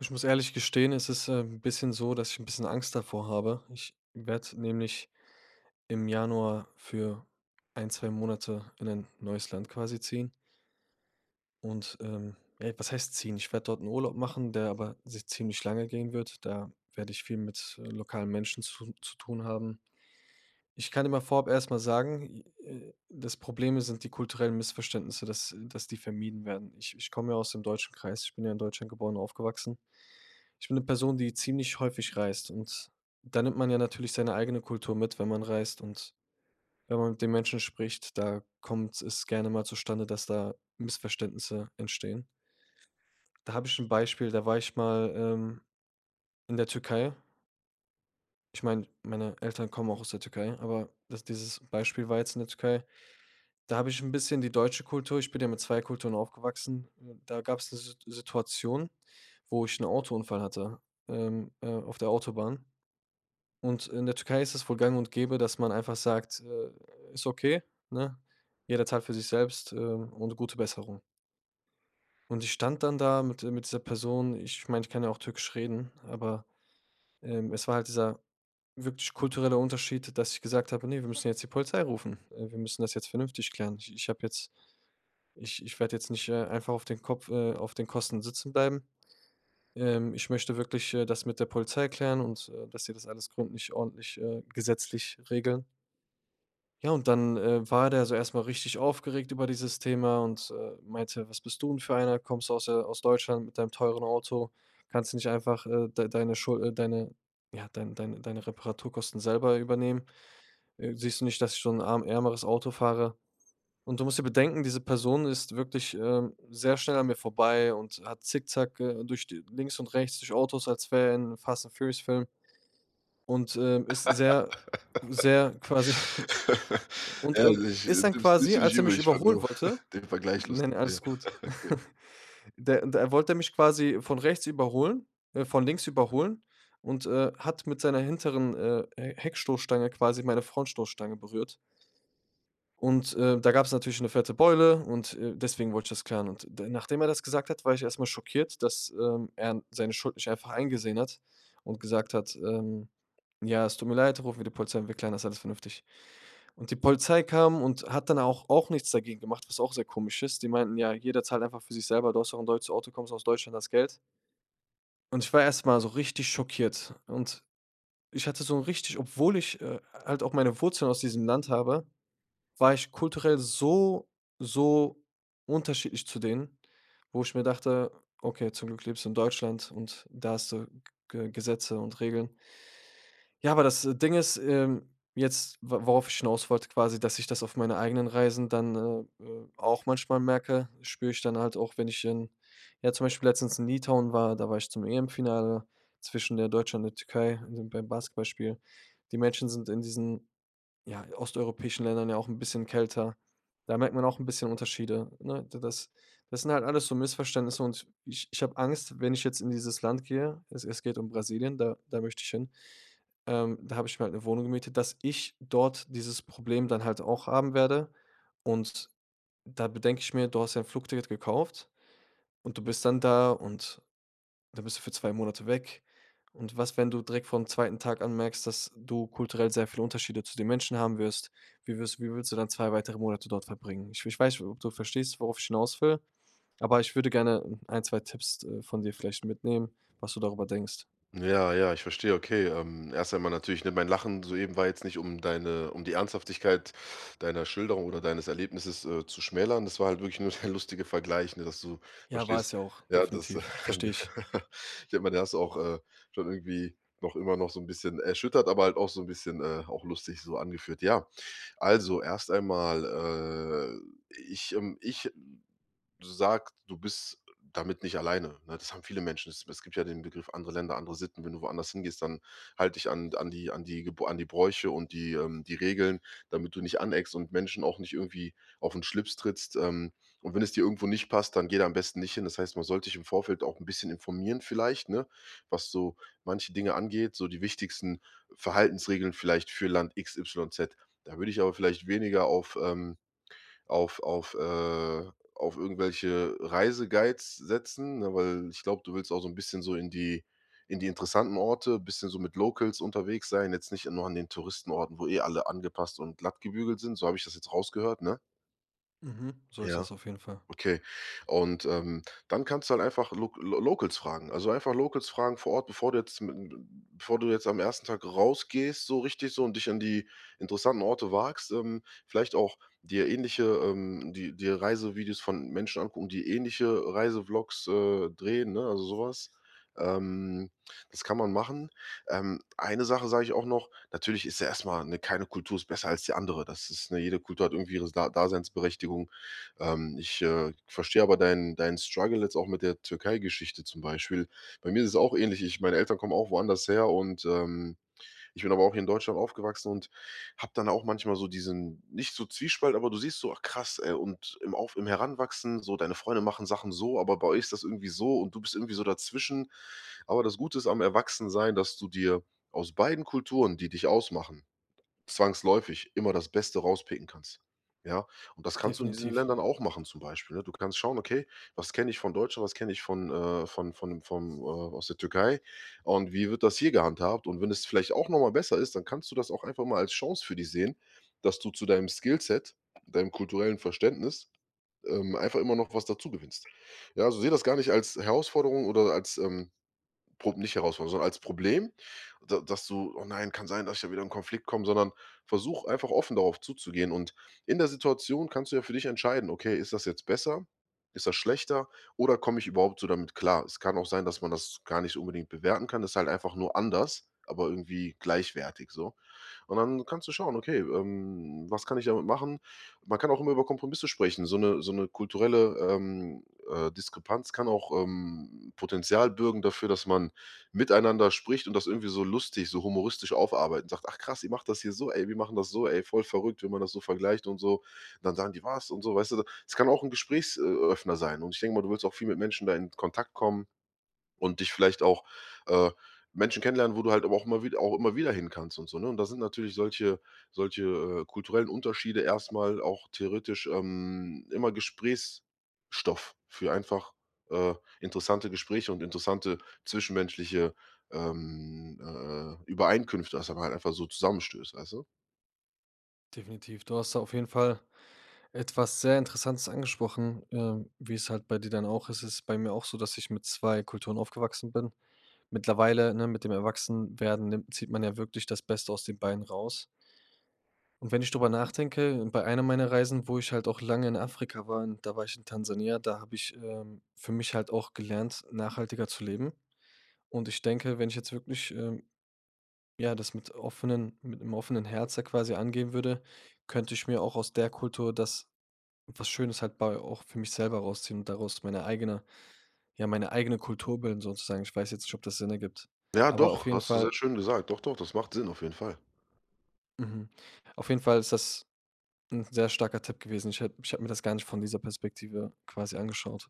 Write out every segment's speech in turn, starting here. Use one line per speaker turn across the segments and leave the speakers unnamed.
Ich muss ehrlich gestehen, es ist, 'n bisschen so, dass ich ein bisschen Angst davor habe. Ich werde nämlich im Januar für ein 2 Monate in ein neues Land quasi ziehen und, ja, was heißt ziehen? Ich werde dort einen Urlaub machen, der aber sich ziemlich lange gehen wird. Da werde ich viel mit, lokalen Menschen zu tun haben. Ich kann immer vorab erst mal sagen, i das Problem sind die kulturellen Missverständnisse, dass die vermieden werden. Ich komme ja aus dem deutschen Kreis. Ich bin ja in Deutschland geboren und aufgewachsen. Ich bin eine Person, die ziemlich häufig reist, und da nimmt man ja natürlich seine eigene Kultur mit, wenn man reist, und wenn man mit den Menschen spricht, da kommt es gerne mal zustande, dass da Missverständnisse entstehen. Da habe ich ein Beispiel, da war ich mal, in der Türkei. Ich meine, meine Eltern kommen auch aus der Türkei, aber das dieses Beispiel war jetzt in der Türkei. Da habe ich ein bisschen die deutsche Kultur, ich bin ja mit 2 Kulturen aufgewachsen, da gab's 'ne Situation, wo ich einen Autounfall hatte, auf der Autobahn. Und in der Türkei ist es wohl gang und gäbe, dass man einfach sagt: Ist okay, ne? Jeder zahlt für sich selbst, und gute Besserung.“ Und ich stand dann da mit dieser Person. Ich meine, ich kann ja auch Türkisch reden, aber, es war halt dieser wirklich kulturelle Unterschied, dass ich gesagt habe: „Ne, wir müssen jetzt die Polizei rufen. Wir müssen das jetzt vernünftig klären. Ich habe jetzt ich werde jetzt nicht, einfach auf den Kopf auf den Kosten sitzen bleiben. Ich möchte wirklich, das mit der Polizei klären und, dass sie das alles gründlich, ordentlich, gesetzlich regeln.“ Ja, und dann, war der so erstmal richtig aufgeregt über dieses Thema und, meinte: „Was bist du denn für einer? Kommst du aus, aus Deutschland mit deinem teuren Auto? Kannst du nicht einfach, deine Schuld, deine ja, dein deine deine Reparaturkosten selber übernehmen? Siehst du nicht, dass ich so ein arm ärmeres Auto fahre?“ Und du musst dir bedenken, diese Person ist wirklich, sehr schnell an mir vorbei und hat zickzack, durch die links und rechts durch Autos, als wäre er in 'nem Fast-and-Furious-Film und, ist sehr quasi Und
Ja,
und
also ich
ist dann
nimmst
quasi,
du nicht
als er
übel,
mich
ich fand
überholen
nur
wollte,
den Vergleich
nein,
lustig, ja.
alles gut. Der wollte mich quasi von rechts überholen, von links überholen, und, hat mit seiner hinteren, He Heckstoßstange quasi meine Frontstoßstange berührt. Und, da gab es natürlich eine fette Beule, und, deswegen wollte ich das klären. Und d Nachdem er das gesagt hat, war ich erstmal schockiert, dass, er seine Schuld nicht einfach eingesehen hat und gesagt hat, „Ja, es tut mir leid, rufen wir die Polizei und wir klären das alles vernünftig.“ Und die Polizei kam und hat dann auch nichts dagegen gemacht, was auch sehr komisch ist. Die meinten: „Ja, jeder zahlt einfach für sich selber. Du hast doch 'n deutsches Auto, kommst aus Deutschland, das Geld.“ Und ich war erst mal so richtig schockiert. Und ich hatte so 'n richtig, obwohl ich, halt auch meine Wurzeln aus diesem Land habe, war ich kulturell so, so unterschiedlich zu denen, wo ich mir dachte: „Okay, zum Glück lebst du in Deutschland, und da hast du G Gesetze und Regeln.“ Ja, aber das, Ding ist, jetzt, wo worauf ich hinaus wollte quasi, dass ich das auf meinen eigenen Reisen dann, auch manchmal merke, spüre ich dann halt auch, wenn ich in, ja, zum Beispiel letztens in Litauen war, da war ich zum EM-Finale zwischen der Deutschland und der Türkei in dem beim Basketballspiel. Die Menschen sind in diesen, ja, osteuropäischen Ländern ja auch ein bisschen kälter. Da merkt man auch ein bisschen Unterschiede, ne? D Das sind halt alles so Missverständnisse, und ich habe Angst, wenn ich jetzt in dieses Land gehe, es geht um Brasilien, da möchte ich hin. Da habe ich mir halt 'ne Wohnung gemietet, dass ich dort dieses Problem dann halt auch haben werde, und da bedenke ich mir: „Du hast ja 'n Flugticket gekauft, und du bist dann da, und dann bist du für 2 Monate weg. Und was, wenn du direkt vom zweiten Tag an merkst, dass du kulturell sehr viele Unterschiede zu den Menschen haben wirst? Wie willst du dann 2 weitere Monate dort verbringen? Ich weiß, ob du verstehst, worauf ich hinaus will, aber ich würde gerne ein 2 Tipps, von dir vielleicht mitnehmen, was du darüber denkst.
Okay. Ja, ja, ich verstehe, okay. Erst einmal natürlich, ne, mein Lachen soeben war jetzt nicht, um deine um die Ernsthaftigkeit deiner Schilderung oder deines Erlebnisses, zu schmälern. Das war halt wirklich nur der lustige Vergleich, ne, dass du
Ja, war
verstehst,
es ja auch,
ja, das
definitiv. Verstehe ich.
ich denke mal, der hast du auch, schon irgendwie noch immer noch so ein bisschen erschüttert, aber halt auch so ein bisschen, auch lustig so angeführt. Ja, also erst einmal, ich sagt, du bist damit nicht alleine, ne? Das haben viele Menschen. Es gibt ja den Begriff andere Länder, andere Sitten. Wenn du woanders hingehst, dann halt dich an die Bräuche und die, die Regeln, damit du nicht aneckst und Menschen auch nicht irgendwie auf den Schlips trittst. Und wenn es dir irgendwo nicht passt, dann geh da am besten nicht hin. Das heißt, man sollte sich im Vorfeld auch ein bisschen informieren vielleicht, ne, was so manche Dinge angeht, so die wichtigsten Verhaltensregeln vielleicht für Land X, Y Z. Da würde ich aber vielleicht weniger auf auf, äh auf irgendwelche Reiseguides setzen, ne, weil ich glaube, du willst auch so ein bisschen so in die interessanten Orte, bisschen so mit Locals unterwegs sein, jetzt nicht nur an den Touristenorten, wo eh alle angepasst und glatt gebügelt sind. So habe ich das jetzt rausgehört, ne?
Mhm. So ist
Ja.
das auf jeden Fall.
Okay. Und, dann kannst du halt einfach Lo Lo Locals fragen. Also, einfach Locals fragen vor Ort, bevor du jetzt am ersten Tag rausgehst, so richtig so und dich an die interessanten Orte wagst, vielleicht auch dir ähnliche, die dir Reisevideos von Menschen angucken, die ähnliche Reisevlogs, drehen, ne, also sowas. Ähm, Das kann man machen. Eine Sache sage ich auch noch, natürlich ist ja erstmal eine keine Kultur ist besser als die andere. Das ist, ne, jede Kultur hat irgendwie ihre Da Daseinsberechtigung. Verstehe aber deinen Struggle jetzt auch mit der Türkei-Geschichte zum Beispiel. Bei mir ist es auch ähnlich. Ich, meine Eltern kommen auch woanders her und, ich bin aber auch hier in Deutschland aufgewachsen und habe dann auch manchmal so diesen nicht so Zwiespalt, aber du siehst so: „Ach krass, ey“ und im Heranwachsen so, deine Freunde machen Sachen so, aber bei euch ist das irgendwie so und du bist irgendwie so dazwischen. Aber das Gute ist am Erwachsensein, dass du dir aus beiden Kulturen, die dich ausmachen, zwangsläufig immer das Beste rauspicken kannst. Ja, und das kannst du in diesen
Definitiv,
Ländern auch machen zum Beispiel, ne? Du kannst schauen: „Okay, was kenne ich von Deutschland, was kenne ich von, aus der Türkei und wie wird das hier gehandhabt?“ Und wenn es vielleicht auch noch mal besser ist, dann kannst du das auch einfach mal als Chance für dich sehen, dass du zu deinem Skillset, deinem kulturellen Verständnis, einfach immer noch was dazu gewinnst. Ja, also sehe das gar nicht als Herausforderung oder als, Prob nicht herausfordern, sondern als Problem, da dass du: „Oh nein, kann sein, dass ich da wieder in Konflikt komme“, sondern versuch einfach offen darauf zuzugehen. Und in der Situation kannst du ja für dich entscheiden: „Okay, ist das jetzt besser? Ist das schlechter? Oder komme ich überhaupt so damit klar?“ Es kann auch sein, dass man das gar nicht so unbedingt bewerten kann, ist halt einfach nur anders, aber irgendwie gleichwertig so. Und dann kannst du schauen, okay, was kann ich damit machen? Man kann auch immer über Kompromisse sprechen. So eine kulturelle, Diskrepanz kann auch, Potenzial bürgen dafür, dass man miteinander spricht und das irgendwie so lustig, so humoristisch aufarbeiten. Sagt: „Ach krass, ihr macht das hier so, ey, wir machen das so, ey, voll verrückt, wenn man das so vergleicht und so.“ Dann sagen die: „Was?“ und so, weißt du? Es kann auch ein Gesprächsöffner sein und ich denke mal, du willst auch viel mit Menschen da in Kontakt kommen. Und dich vielleicht auch, äh, Menschen kennenlernen, wo du halt aber auch immer wieder hin kannst und so, ne? Und da sind natürlich solche, kulturellen Unterschiede erstmal auch theoretisch, immer Gesprächsstoff für einfach, äh, interessante Gespräche und interessante zwischenmenschliche, Übereinkünfte, dass man halt einfach so zusammenstößt, weißt du?
definitiv. Du hast da auf jeden Fall etwas sehr Interessantes angesprochen, wie es halt bei dir dann auch ist. Es ist bei mir auch so, dass ich mit 2 Kulturen aufgewachsen bin. Mittlerweile, ne, mit dem Erwachsenwerden nimmt zieht man ja wirklich das Beste aus den beiden raus. Und wenn ich drüber nachdenke, bei einer meiner Reisen, wo ich halt auch lange in Afrika war, und da war ich in Tansania, da habe ich, für mich halt auch gelernt, nachhaltiger zu leben. Und ich denke, wenn ich jetzt wirklich, ja, das mit 'nem offenen Herzen quasi angehen würde, könnte ich mir auch aus der Kultur das, was Schönes halt bei auch für mich selber rausziehen und daraus meine eigene, ja, meine eigene Kultur bilden sozusagen. Ich weiß jetzt nicht, ob das Sinn ergibt.
Ja,
Aber auf
doch,
jeden
hast du sehr
Fall
schön gesagt. Doch, doch, das macht Sinn auf jeden Fall.
mhm. Auf jeden Fall ist das ein sehr starker Tipp gewesen. Ich habe mir das gar nicht von dieser Perspektive quasi angeschaut.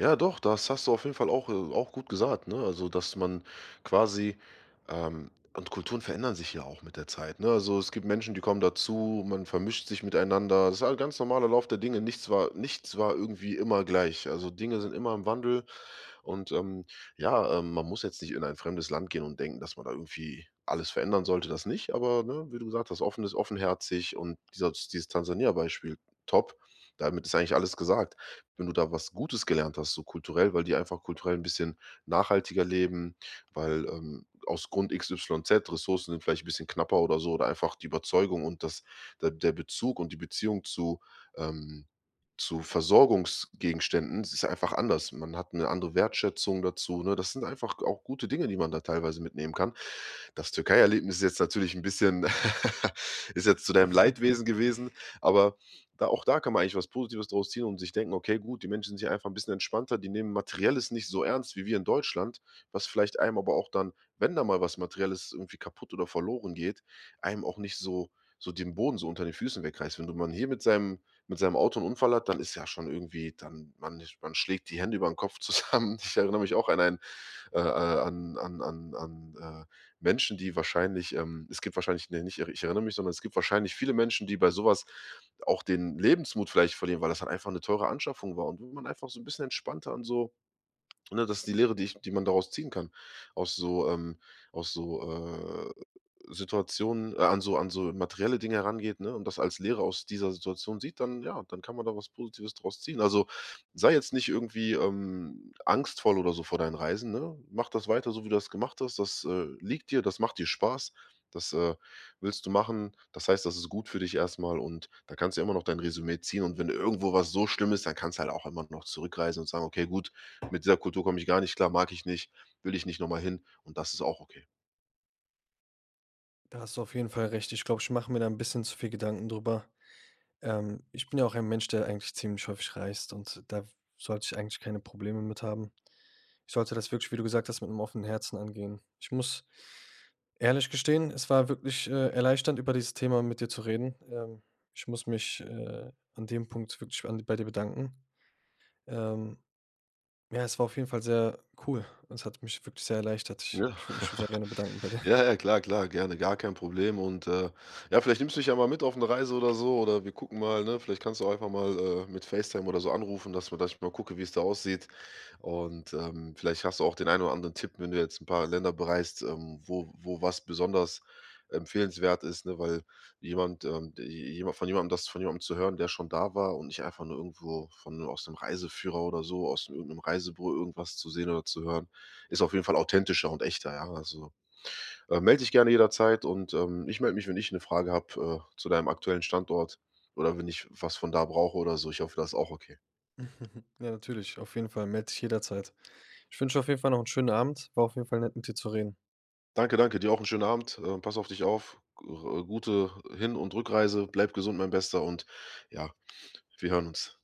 Ja, doch, das hast du auf jeden Fall auch, auch gut gesagt, ne? Also, dass man quasi, ähm und Kulturen verändern sich ja auch mit der Zeit, ne? Also, es gibt Menschen, die kommen dazu, man vermischt sich miteinander. Das ist halt ganz normaler Lauf der Dinge. Nichts war irgendwie immer gleich. Also, Dinge sind immer im Wandel und ja, man muss jetzt nicht in ein fremdes Land gehen und denken, dass man da irgendwie alles verändern sollte, das nicht. Aber ne, wie du gesagt hast, offen ist offenherzig und dieser, dieses Tansania-Beispiel, top. Damit ist eigentlich alles gesagt. Wenn du da was Gutes gelernt hast, so kulturell, weil die einfach kulturell ein bisschen nachhaltiger leben, weil aus Grund X Y Z Ressourcen sind vielleicht ein bisschen knapper oder so, oder einfach die Überzeugung und das, der Bezug und die Beziehung ähm, zu Versorgungsgegenständen. Es ist einfach anders. Man hat eine andere Wertschätzung dazu, ne? Das sind einfach auch gute Dinge, die man da teilweise mitnehmen kann. Das Türkei-Erlebnis ist jetzt natürlich ein bisschen ist jetzt zu deinem Leidwesen gewesen, aber da kann man eigentlich was Positives draus ziehen und sich denken: „Okay, gut, die Menschen sind hier einfach ein bisschen entspannter, die nehmen Materielles nicht so ernst wie wir in Deutschland“, was vielleicht einem aber auch dann, wenn da mal was Materielles irgendwie kaputt oder verloren geht, einem auch nicht so so den Boden so unter den Füßen wegreißt. Wenn du man hier mit seinem Auto einen Unfall hat, dann ist ja schon irgendwie dann man schlägt die Hände über den Kopf zusammen. Ich erinnere mich auch an ein äh, äh, an an an an, äh, Menschen, die wahrscheinlich, es gibt wahrscheinlich, ne, nicht ich erinnere mich, sondern es gibt wahrscheinlich viele Menschen, die bei sowas auch den Lebensmut vielleicht verlieren, weil das dann einfach eine teure Anschaffung war. Und wenn man einfach so ein bisschen entspannter an so Ne, das ist die Lehre, die ich die man daraus ziehen kann, aus so aus so, äh, Situationen an so materielle Dinge herangeht, ne, und das als Lehre aus dieser Situation sieht, dann ja, dann kann man da was Positives draus ziehen. Also, sei jetzt nicht irgendwie, angstvoll oder so vor deinen Reisen, ne? Mach das weiter, so wie du das gemacht hast. Das, liegt dir, das macht dir Spaß, das, willst du machen. Das heißt, das ist gut für dich erstmal und da kannst du ja immer noch dein Resümee ziehen und wenn irgendwo was so schlimm ist, dann kannst du halt auch immer noch zurückreisen und sagen: „Okay, gut, mit dieser Kultur komme ich gar nicht klar, mag ich nicht, will ich nicht nochmal hin und das ist auch okay.“
Da hast du auf jeden Fall recht. Ich glaube, ich mache mir da ein bisschen zu viel Gedanken drüber. Ich bin ja auch ein Mensch, der eigentlich ziemlich häufig reist, und da sollte ich eigentlich keine Probleme mit haben. Ich sollte das wirklich, wie du gesagt hast, mit einem offenen Herzen angehen. Ich muss ehrlich gestehen, es war wirklich, erleichternd, über dieses Thema mit dir zu reden. Ich muss mich, an dem Punkt wirklich an bei dir bedanken. Ähm, ja, es war auf jeden Fall sehr cool. Es hat mich wirklich sehr erleichtert. Ich
Ja.
ich würde mich sehr gerne bedanken bei dir.
Ja, ja, klar, klar, gerne, gar kein Problem und, ja, vielleicht nimmst du mich ja mal mit auf eine Reise oder so oder wir gucken mal, ne? Vielleicht kannst du einfach mal, mit FaceTime oder so anrufen, dass wir dass ich mal gucke, wie es da aussieht. Und, vielleicht hast du auch den einen oder anderen Tipp, wenn du jetzt ein paar Länder bereist, wo was besonders empfehlenswert ist, ne? Weil jemand, d jemand von jemandem das von jemandem zu hören, der schon da war und nicht einfach nur irgendwo von aus 'nem Reiseführer oder so, aus irgendeinem 'nem Reisebüro irgendwas zu sehen oder zu hören, ist auf jeden Fall authentischer und echter, ja? Also, melde dich gerne jederzeit und, ich melde mich, wenn ich eine Frage habe, zu deinem aktuellen Standort oder wenn ich was von da brauche oder so. Ich hoffe, das ist auch okay.
Ja, natürlich, auf jeden Fall. Melde dich jederzeit. Ich wünsche dir auf jeden Fall noch einen schönen Abend. War auf jeden Fall nett, mit dir zu reden.
Danke, danke. Dir auch einen schönen Abend. Pass auf dich auf. G r Gute Hin- und Rückreise. Bleib gesund, mein Bester, und ja, wir hören uns.